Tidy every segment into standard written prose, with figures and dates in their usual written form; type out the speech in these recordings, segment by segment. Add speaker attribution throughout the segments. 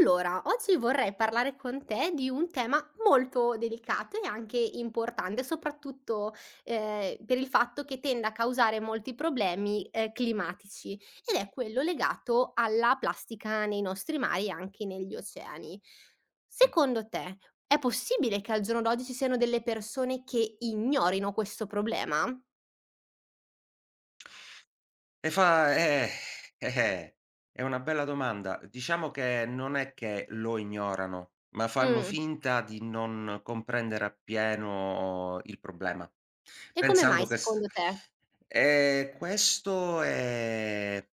Speaker 1: Allora, oggi vorrei parlare con te di un tema molto delicato e anche importante, soprattutto per il fatto che tende a causare molti problemi climatici ed è quello legato alla plastica nei nostri mari e anche negli oceani.
Speaker 2: Mh.
Speaker 1: Secondo te è possibile che al giorno d'oggi ci siano delle persone che ignorino questo problema?
Speaker 2: E fa: eh, eh, è una bella domanda." Diciamo che non è che lo ignorano, ma fanno
Speaker 1: Mh,
Speaker 2: finta di non comprendere appieno il problema,
Speaker 1: e come mai
Speaker 2: pensando che s
Speaker 1: secondo te?
Speaker 2: questo è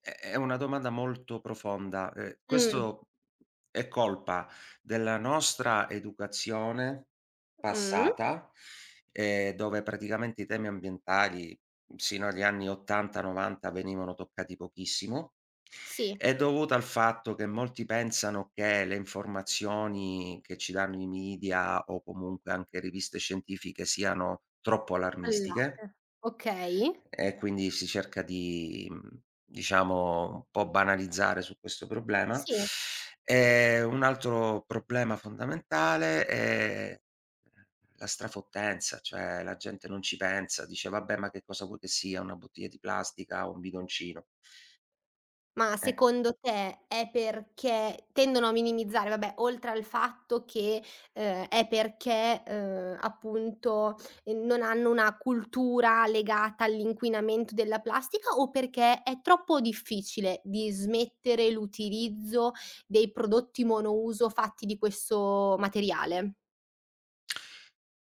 Speaker 2: è è una domanda molto profonda.
Speaker 1: Mh,
Speaker 2: Questo è colpa della nostra educazione
Speaker 1: mh,
Speaker 2: passata, dove praticamente i temi ambientali sino agli anni '80, '90 venivano toccati pochissimo.
Speaker 1: sì,
Speaker 2: È dovuta al fatto che molti pensano che le informazioni che ci danno i media o comunque anche riviste scientifiche siano troppo
Speaker 1: al
Speaker 2: allarmistiche,
Speaker 1: latte. Okay,
Speaker 2: e quindi si cerca di, diciamo, un po' banalizzare su questo problema.
Speaker 1: sì.
Speaker 2: Un altro problema fondamentale è la strafottenza, cioè la gente non ci pensa, dice: "Vabbè, ma che cosa vuoi che sia, una bottiglia di plastica o un bidoncino?"
Speaker 1: Ma
Speaker 2: Ecco.
Speaker 1: secondo te è perché tendono a minimizzare, vabbè, oltre al fatto che, è perché, appunto, non hanno una cultura legata all'inquinamento della plastica o perché è troppo difficile di smettere l'utilizzo dei prodotti monouso fatti di questo materiale?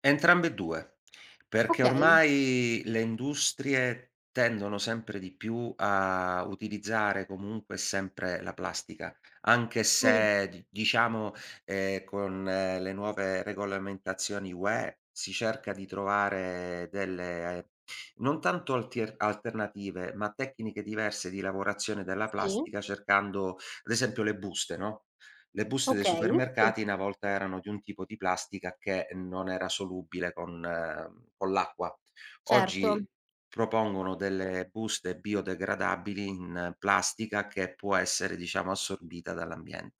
Speaker 2: Entrambe e 2, perché
Speaker 1: Okay.
Speaker 2: ormai le industrie tendono sempre di più a utilizzare comunque sempre la plastica, anche
Speaker 1: Mh,
Speaker 2: se di, diciamo, con le nuove regolamentazioni UE si cerca di trovare delle non tanto altier alternative, ma tecniche diverse di lavorazione della
Speaker 1: sì.
Speaker 2: plastica, cercando ad esempio le buste, no? Le buste dei
Speaker 1: Okay, sì,
Speaker 2: supermercati una volta erano di un tipo di plastica che non era solubile con l'acqua.
Speaker 1: certo.
Speaker 2: Oggi propongono delle buste biodegradabili in plastica che può essere, diciamo, assorbita dall'ambiente,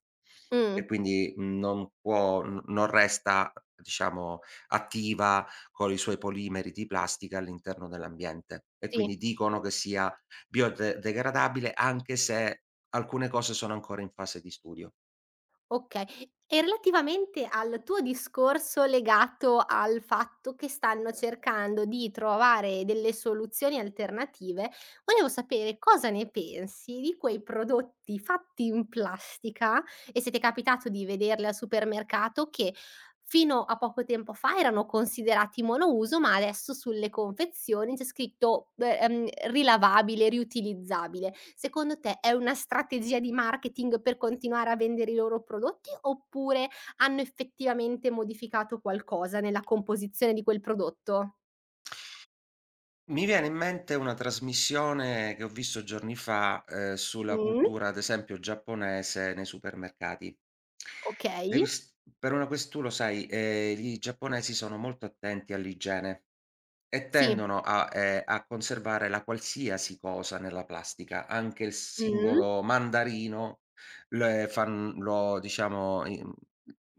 Speaker 2: e
Speaker 1: Mh,
Speaker 2: quindi non può n non resta, diciamo, attiva con i suoi polimeri di plastica all'interno dell'ambiente, e quindi
Speaker 1: sì.
Speaker 2: dicono che sia biode degradabile, anche se alcune cose sono ancora in fase di studio.
Speaker 1: Okay. E relativamente al tuo discorso legato al fatto che stanno cercando di trovare delle soluzioni alternative, volevo sapere cosa ne pensi di quei prodotti fatti in plastica e se ti è capitato di vederli al supermercato che fino a poco tempo fa erano considerati monouso, ma adesso sulle confezioni c'è scritto, rilavabile, riutilizzabile. Secondo te è una strategia di marketing per continuare a vendere i loro prodotti, oppure hanno effettivamente modificato qualcosa nella composizione di quel prodotto?
Speaker 2: Mi viene in mente una trasmissione che ho visto giorni fa, sulla
Speaker 1: Mh,
Speaker 2: cultura, ad esempio, giapponese nei supermercati.
Speaker 1: okay.
Speaker 2: Devi s per una ques Tu lo sai, i giapponesi sono molto attenti all'igiene. E
Speaker 1: Sì.
Speaker 2: tendono a conservare la qualsiasi cosa nella plastica, anche il
Speaker 1: Mh.
Speaker 2: singolo mandarino. Le fan lo diciamo i mhmm,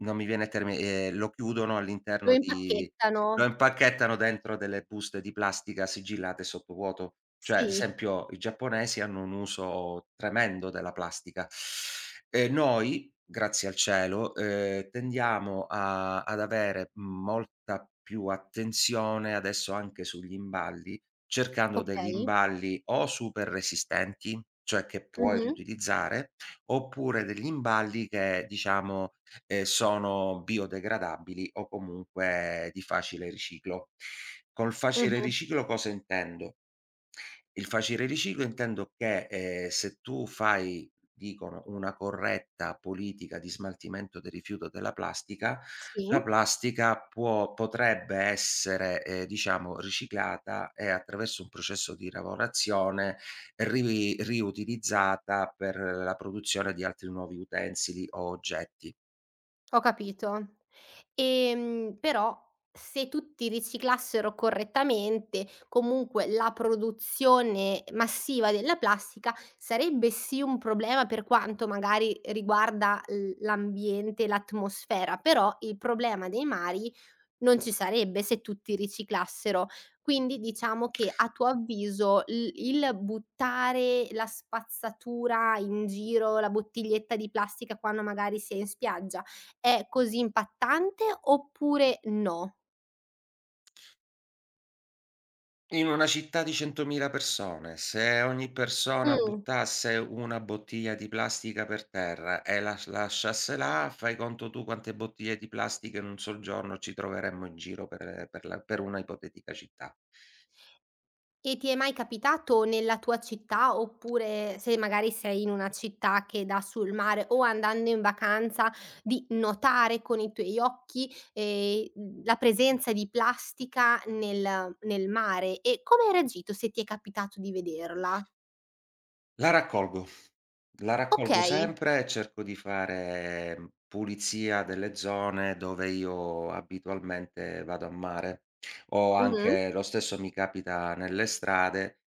Speaker 2: Non mi viene il termine.
Speaker 1: Lo
Speaker 2: Lo
Speaker 1: impacchettano.
Speaker 2: impacchettano dentro delle buste di plastica sigillate sottovuoto. Cioè, ad
Speaker 1: Sì,
Speaker 2: esempio, i giapponesi hanno un uso tremendo della plastica. Noi, grazie al cielo, tendiamo a ad avere molta più attenzione adesso anche sugli imballi, cercando degli
Speaker 1: okay.
Speaker 2: imballi o super resistenti, cioè che puoi
Speaker 1: Mh-mh.
Speaker 2: riutilizzare, oppure degli imballi che, diciamo, sono biodegradabili o comunque di facile riciclo. Col facile
Speaker 1: Mh-mh.
Speaker 2: riciclo cosa intendo? Il facile riciclo intendo che, se tu fai, dicono, una corretta politica di smaltimento del rifiuto della plastica,
Speaker 1: Sì.
Speaker 2: la plastica può potrebbe essere, diciamo, riciclata, e attraverso un processo di lavorazione ri riutilizzata per la produzione di altri nuovi utensili o oggetti.
Speaker 1: Ho capito. Però se tutti riciclassero correttamente, comunque la produzione massiva della plastica sarebbe sì un problema per quanto magari riguarda l'ambiente, l'atmosfera, però il problema dei mari non ci sarebbe se tutti riciclassero. Quindi diciamo che a tuo avviso l il buttare la spazzatura in giro, la bottiglietta di plastica quando magari si è in spiaggia, è così impattante oppure no?
Speaker 2: In una città di 100.000 persone, se ogni persona
Speaker 1: Mh.
Speaker 2: buttasse una bottiglia di plastica per terra e la lasciasse là, fai conto tu quante bottiglie di plastica in un sol giorno ci troveremmo in giro per una ipotetica città.
Speaker 1: E ti è mai capitato nella tua città, oppure se magari sei in una città che dà sul mare o andando in vacanza, di notare con i tuoi occhi, la presenza di plastica nel mare? E come hai reagito se ti è capitato di vederla?
Speaker 2: La raccolgo. La raccolgo
Speaker 1: Okay.
Speaker 2: sempre e cerco di fare, pulizia delle zone dove io abitualmente vado a mare, o
Speaker 1: Mh-mh.
Speaker 2: anche lo stesso mi capita nelle strade,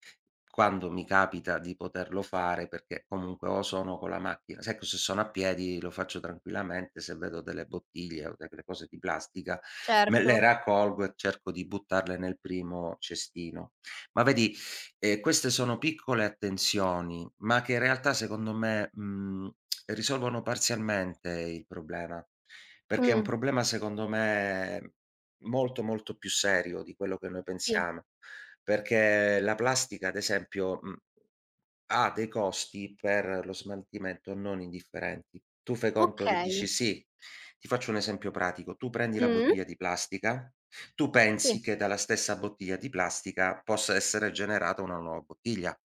Speaker 2: quando mi capita di poterlo fare, perché comunque o sono con la macchina, se, ecco, se sono a piedi lo faccio tranquillamente, se vedo delle bottiglie o delle cose di plastica, me
Speaker 1: Certo.
Speaker 2: le raccolgo e cerco di buttarle nel primo cestino. Ma vedi, e queste sono piccole attenzioni, ma che in realtà secondo me, risolvono parzialmente il problema, perché è un
Speaker 1: Mh.
Speaker 2: problema secondo me molto, molto più serio di quello che noi
Speaker 1: Sì.
Speaker 2: pensiamo, perché la plastica, ad esempio, mhmm ha dei costi per lo smaltimento non indifferenti. Tu fai conto che
Speaker 1: Okay.
Speaker 2: dici: "Sì", ti faccio un esempio pratico. Tu prendi la
Speaker 1: Mh.
Speaker 2: bottiglia di plastica, tu
Speaker 1: Sì.
Speaker 2: pensi che dalla stessa bottiglia di plastica possa essere generata una nuova bottiglia,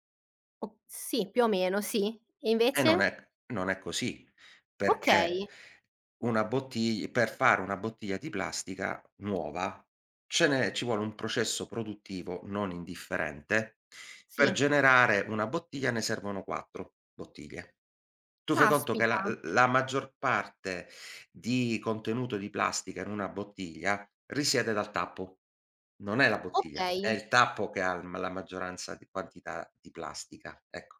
Speaker 1: O sì, più o meno, sì. E
Speaker 2: e non
Speaker 1: invece?
Speaker 2: è non è così,
Speaker 1: Okay.
Speaker 2: perché una bottig per fare una bottiglia di plastica nuova ce n'è ci vuole un processo produttivo non indifferente. Per
Speaker 1: Sì.
Speaker 2: generare una bottiglia ne servono 4 bottiglie. Tu fai conto che
Speaker 1: Caspita.
Speaker 2: la maggior parte di contenuto di plastica in una bottiglia risiede dal tappo. Non è la bottiglia, è
Speaker 1: Okay.
Speaker 2: il tappo che ha m la maggioranza di quantità di plastica, ecco.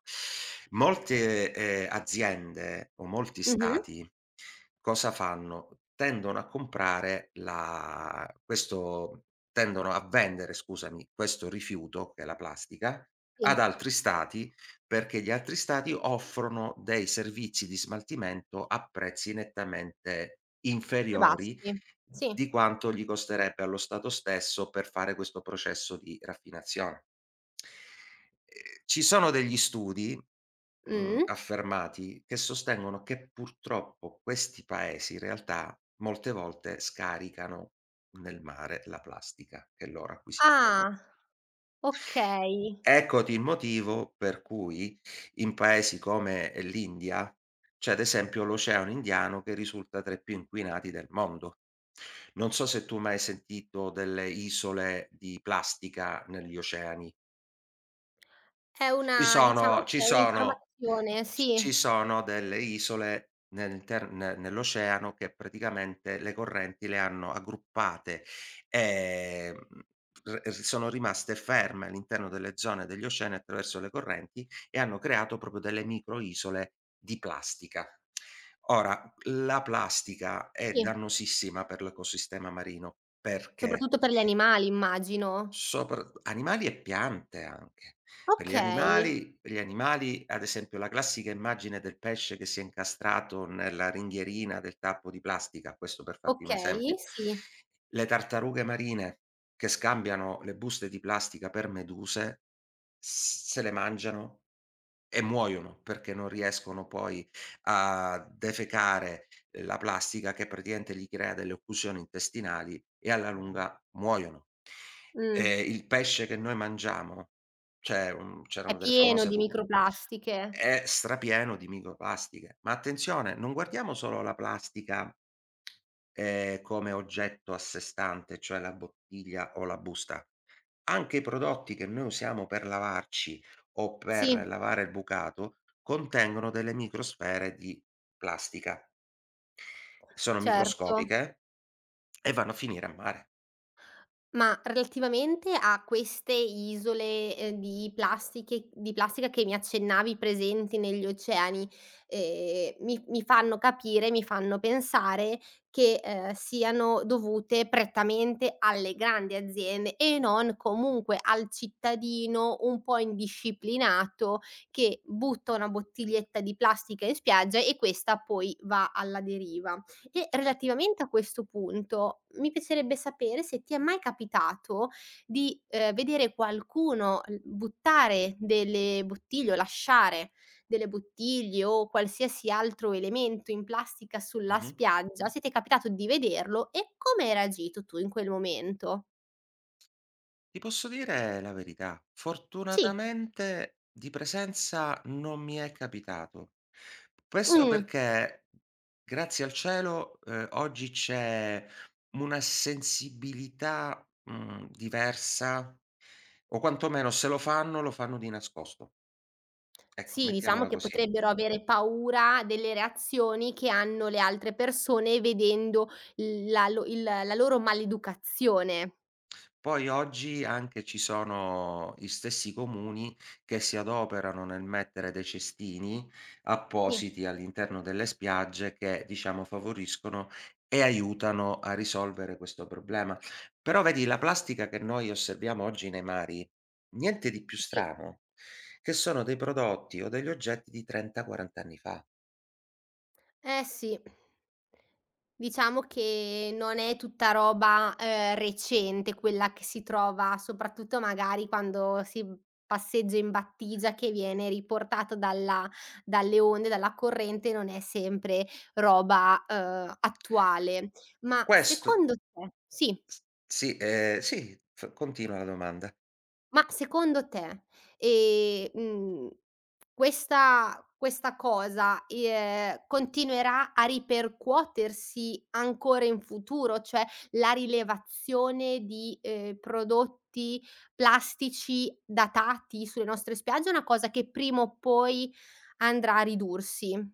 Speaker 2: Molte, aziende o molti
Speaker 1: Mh-mh.
Speaker 2: stati cosa fanno? Tendono a vendere, scusami, questo rifiuto, che è la plastica,
Speaker 1: Sì,
Speaker 2: ad altri stati, perché gli altri stati offrono dei servizi di smaltimento a prezzi nettamente
Speaker 1: più
Speaker 2: inferiori
Speaker 1: bassi. Sì.
Speaker 2: di quanto gli costerebbe allo Stato stesso per fare questo processo di raffinazione. Ci sono degli studi,
Speaker 1: Mh.
Speaker 2: affermati, che sostengono che purtroppo questi paesi, in realtà, molte volte scaricano nel mare la plastica che loro acquisiscono.
Speaker 1: Ah, okay.
Speaker 2: Eccoti il motivo per cui in paesi come l'India c'è, ad esempio, l'Oceano Indiano che risulta tra i più inquinati del mondo. Non so se tu hai mai sentito delle isole di plastica negli oceani.
Speaker 1: È
Speaker 2: Ci
Speaker 1: una
Speaker 2: sono
Speaker 1: diciamo
Speaker 2: ci
Speaker 1: che è
Speaker 2: sono
Speaker 1: un'informazione,
Speaker 2: c
Speaker 1: sì,
Speaker 2: ci sono delle isole nel ter ne nell'oceano che praticamente le correnti le hanno aggruppate, ehm, r r sono rimaste ferme all'interno delle zone degli oceani attraverso le correnti e hanno creato proprio delle microisole di plastica. Ora, la plastica è
Speaker 1: sì,
Speaker 2: dannosissima per l'ecosistema marino, perché?
Speaker 1: soprattutto per gli animali immagino.
Speaker 2: Sopra animali e piante anche. Per gli
Speaker 1: Okay,
Speaker 2: animali per gli animali, ad esempio, la classica immagine del pesce che si è incastrato nella ringhierina del tappo di plastica, questo per farti un esempio.
Speaker 1: okay, sì.
Speaker 2: Le tartarughe marine che scambiano le buste di plastica per meduse, s se le mangiano e muoiono perché non riescono poi a defecare la plastica, che praticamente gli crea delle occlusioni intestinali, e alla lunga muoiono.
Speaker 1: Mh.
Speaker 2: Il pesce che noi mangiamo, cioè, mhmm,
Speaker 1: È
Speaker 2: c'erano delle
Speaker 1: pieno
Speaker 2: famose
Speaker 1: di
Speaker 2: pu
Speaker 1: microplastiche.
Speaker 2: è strapieno di microplastiche. Ma attenzione, non guardiamo solo la plastica, come oggetto a sé stante, cioè la bottiglia o la busta. Anche i prodotti che noi usiamo per lavarci o
Speaker 1: Sì,
Speaker 2: per lavare il bucato contengono delle microsfere di plastica. Sono
Speaker 1: certo.
Speaker 2: microscopiche e vanno a finire a mare.
Speaker 1: Ma relativamente a queste isole, di plastica che mi accennavi presenti negli oceani, mi fanno capire, mi fanno pensare che, siano dovute prettamente alle grandi aziende e non comunque al cittadino un po' indisciplinato che butta una bottiglietta di plastica in spiaggia e questa poi va alla deriva. E relativamente a questo punto, mi piacerebbe sapere se ti è mai capitato di, vedere qualcuno l buttare delle bottiglie o lasciare delle bottiglie o qualsiasi altro elemento in plastica sulla
Speaker 2: Mh-mh.
Speaker 1: spiaggia, se ti è capitato di vederlo e come hai reagito tu in quel momento?
Speaker 2: Ti posso dire la verità,
Speaker 1: Sì,
Speaker 2: fortunatamente di presenza non mi è capitato. Questo
Speaker 1: mh.
Speaker 2: perché, grazie al cielo, oggi c'è una sensibilità, diversa, o quantomeno se lo fanno, lo fanno di nascosto. Ecco,
Speaker 1: Sì, diciamo
Speaker 2: mettiamola
Speaker 1: che
Speaker 2: così.
Speaker 1: potrebbero avere paura delle reazioni che hanno le altre persone vedendo l la lo il la loro maleducazione.
Speaker 2: Poi oggi anche ci sono gli stessi comuni che si adoperano nel mettere dei cestini
Speaker 1: Sì,
Speaker 2: appositi all'interno delle spiagge, che, diciamo, favoriscono e aiutano a risolvere questo problema. Però vedi, la plastica che noi osserviamo oggi nei mari, niente di più
Speaker 1: sì.
Speaker 2: strano, che sono dei prodotti o degli oggetti di 30, 40 anni fa.
Speaker 1: Eh sì. Diciamo che non è tutta roba, recente quella che si trova, soprattutto magari quando si passeggia in battigia che viene riportato dalla dalle onde, dalla corrente, non è sempre roba, attuale. Ma
Speaker 2: Questo
Speaker 1: secondo te sì,
Speaker 2: s Sì, sì, f continua la domanda.
Speaker 1: ma secondo te, mhmm questa cosa, continuerà a ripercuotersi ancora in futuro? Cioè, la rilevazione di, prodotti plastici datati sulle nostre spiagge è una cosa che prima o poi andrà a ridursi.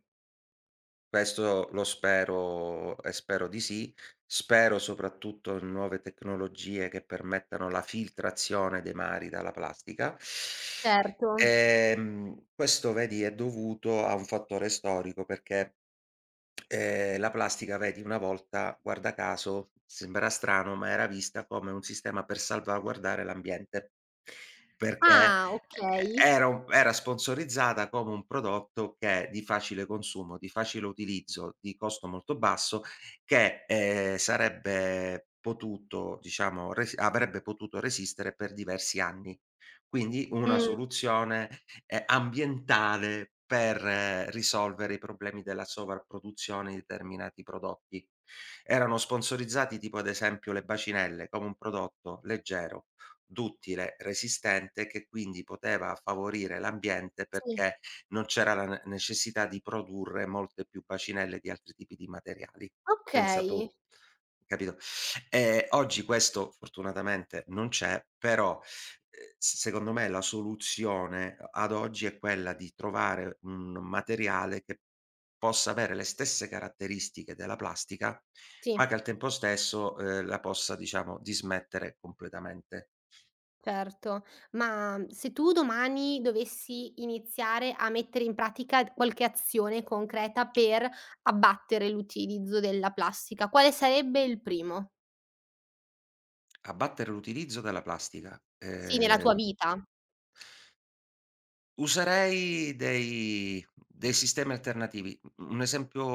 Speaker 2: Questo lo spero, e spero di sì. Spero soprattutto in nuove tecnologie che permettano la filtrazione dei mari dalla plastica.
Speaker 1: Certo.
Speaker 2: Questo vedi è dovuto a un fattore storico, perché la plastica vedi, una volta, guarda caso, sembrerà strano, ma era vista come un sistema per salvaguardare l'ambiente, perché
Speaker 1: Ah, okay.
Speaker 2: era sponsorizzata come un prodotto che è di facile consumo, di facile utilizzo, di costo molto basso, che, sarebbe potuto diciamo resi avrebbe potuto resistere per diversi anni. Quindi una
Speaker 1: Mh,
Speaker 2: soluzione ambientale per risolvere i problemi della sovrapproduzione di determinati prodotti. Erano sponsorizzati tipo, ad esempio, le bacinelle come un prodotto leggero, duttile, resistente, che quindi poteva favorire l'ambiente
Speaker 1: sì.
Speaker 2: perché non c'era la ne necessità di produrre molte più bacinelle di altri tipi di materiali. Pensa
Speaker 1: Okay,
Speaker 2: tu, capito? Oggi questo fortunatamente non c'è, però, s secondo me la soluzione a ad oggi è quella di trovare un materiale che possa avere le stesse caratteristiche della plastica,
Speaker 1: sì.
Speaker 2: ma che al tempo stesso, la possa, diciamo, dismettere completamente.
Speaker 1: Certo, ma se tu domani dovessi iniziare a mettere in pratica qualche azione concreta per abbattere l'utilizzo della plastica, quale sarebbe il primo?
Speaker 2: Abbattere l'utilizzo della plastica.
Speaker 1: Sì, nella tua vita?
Speaker 2: Userei dei sistemi alternativi. U un esempio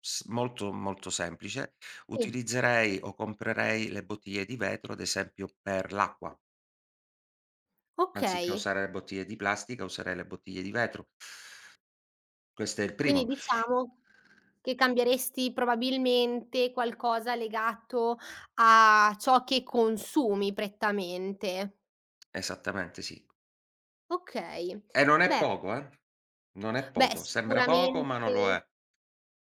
Speaker 2: s molto, molto semplice:
Speaker 1: Sì,
Speaker 2: utilizzerei o comprerei le bottiglie di vetro, ad esempio per l'acqua. Anziché
Speaker 1: ok.
Speaker 2: usare le bottiglie di plastica, userei le bottiglie di vetro. Questo è il
Speaker 1: Quindi
Speaker 2: primo.
Speaker 1: diciamo che cambieresti probabilmente qualcosa legato a ciò che consumi prettamente.
Speaker 2: Esattamente, sì.
Speaker 1: Ok.
Speaker 2: E non è
Speaker 1: Beh,
Speaker 2: poco, eh. Non è
Speaker 1: beh
Speaker 2: poco. Sembra poco, ma
Speaker 1: sicuramente
Speaker 2: non lo è.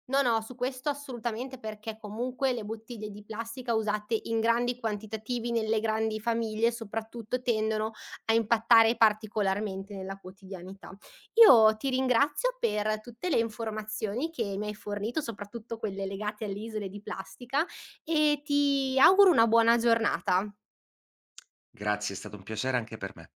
Speaker 1: no, no, su questo assolutamente, perché comunque le bottiglie di plastica usate in grandi quantitativi nelle grandi famiglie, soprattutto tendono a impattare particolarmente nella quotidianità. Io ti ringrazio per tutte le informazioni che mi hai fornito, soprattutto quelle legate alle isole di plastica e ti auguro una buona giornata.
Speaker 2: Grazie, è stato un piacere anche per me.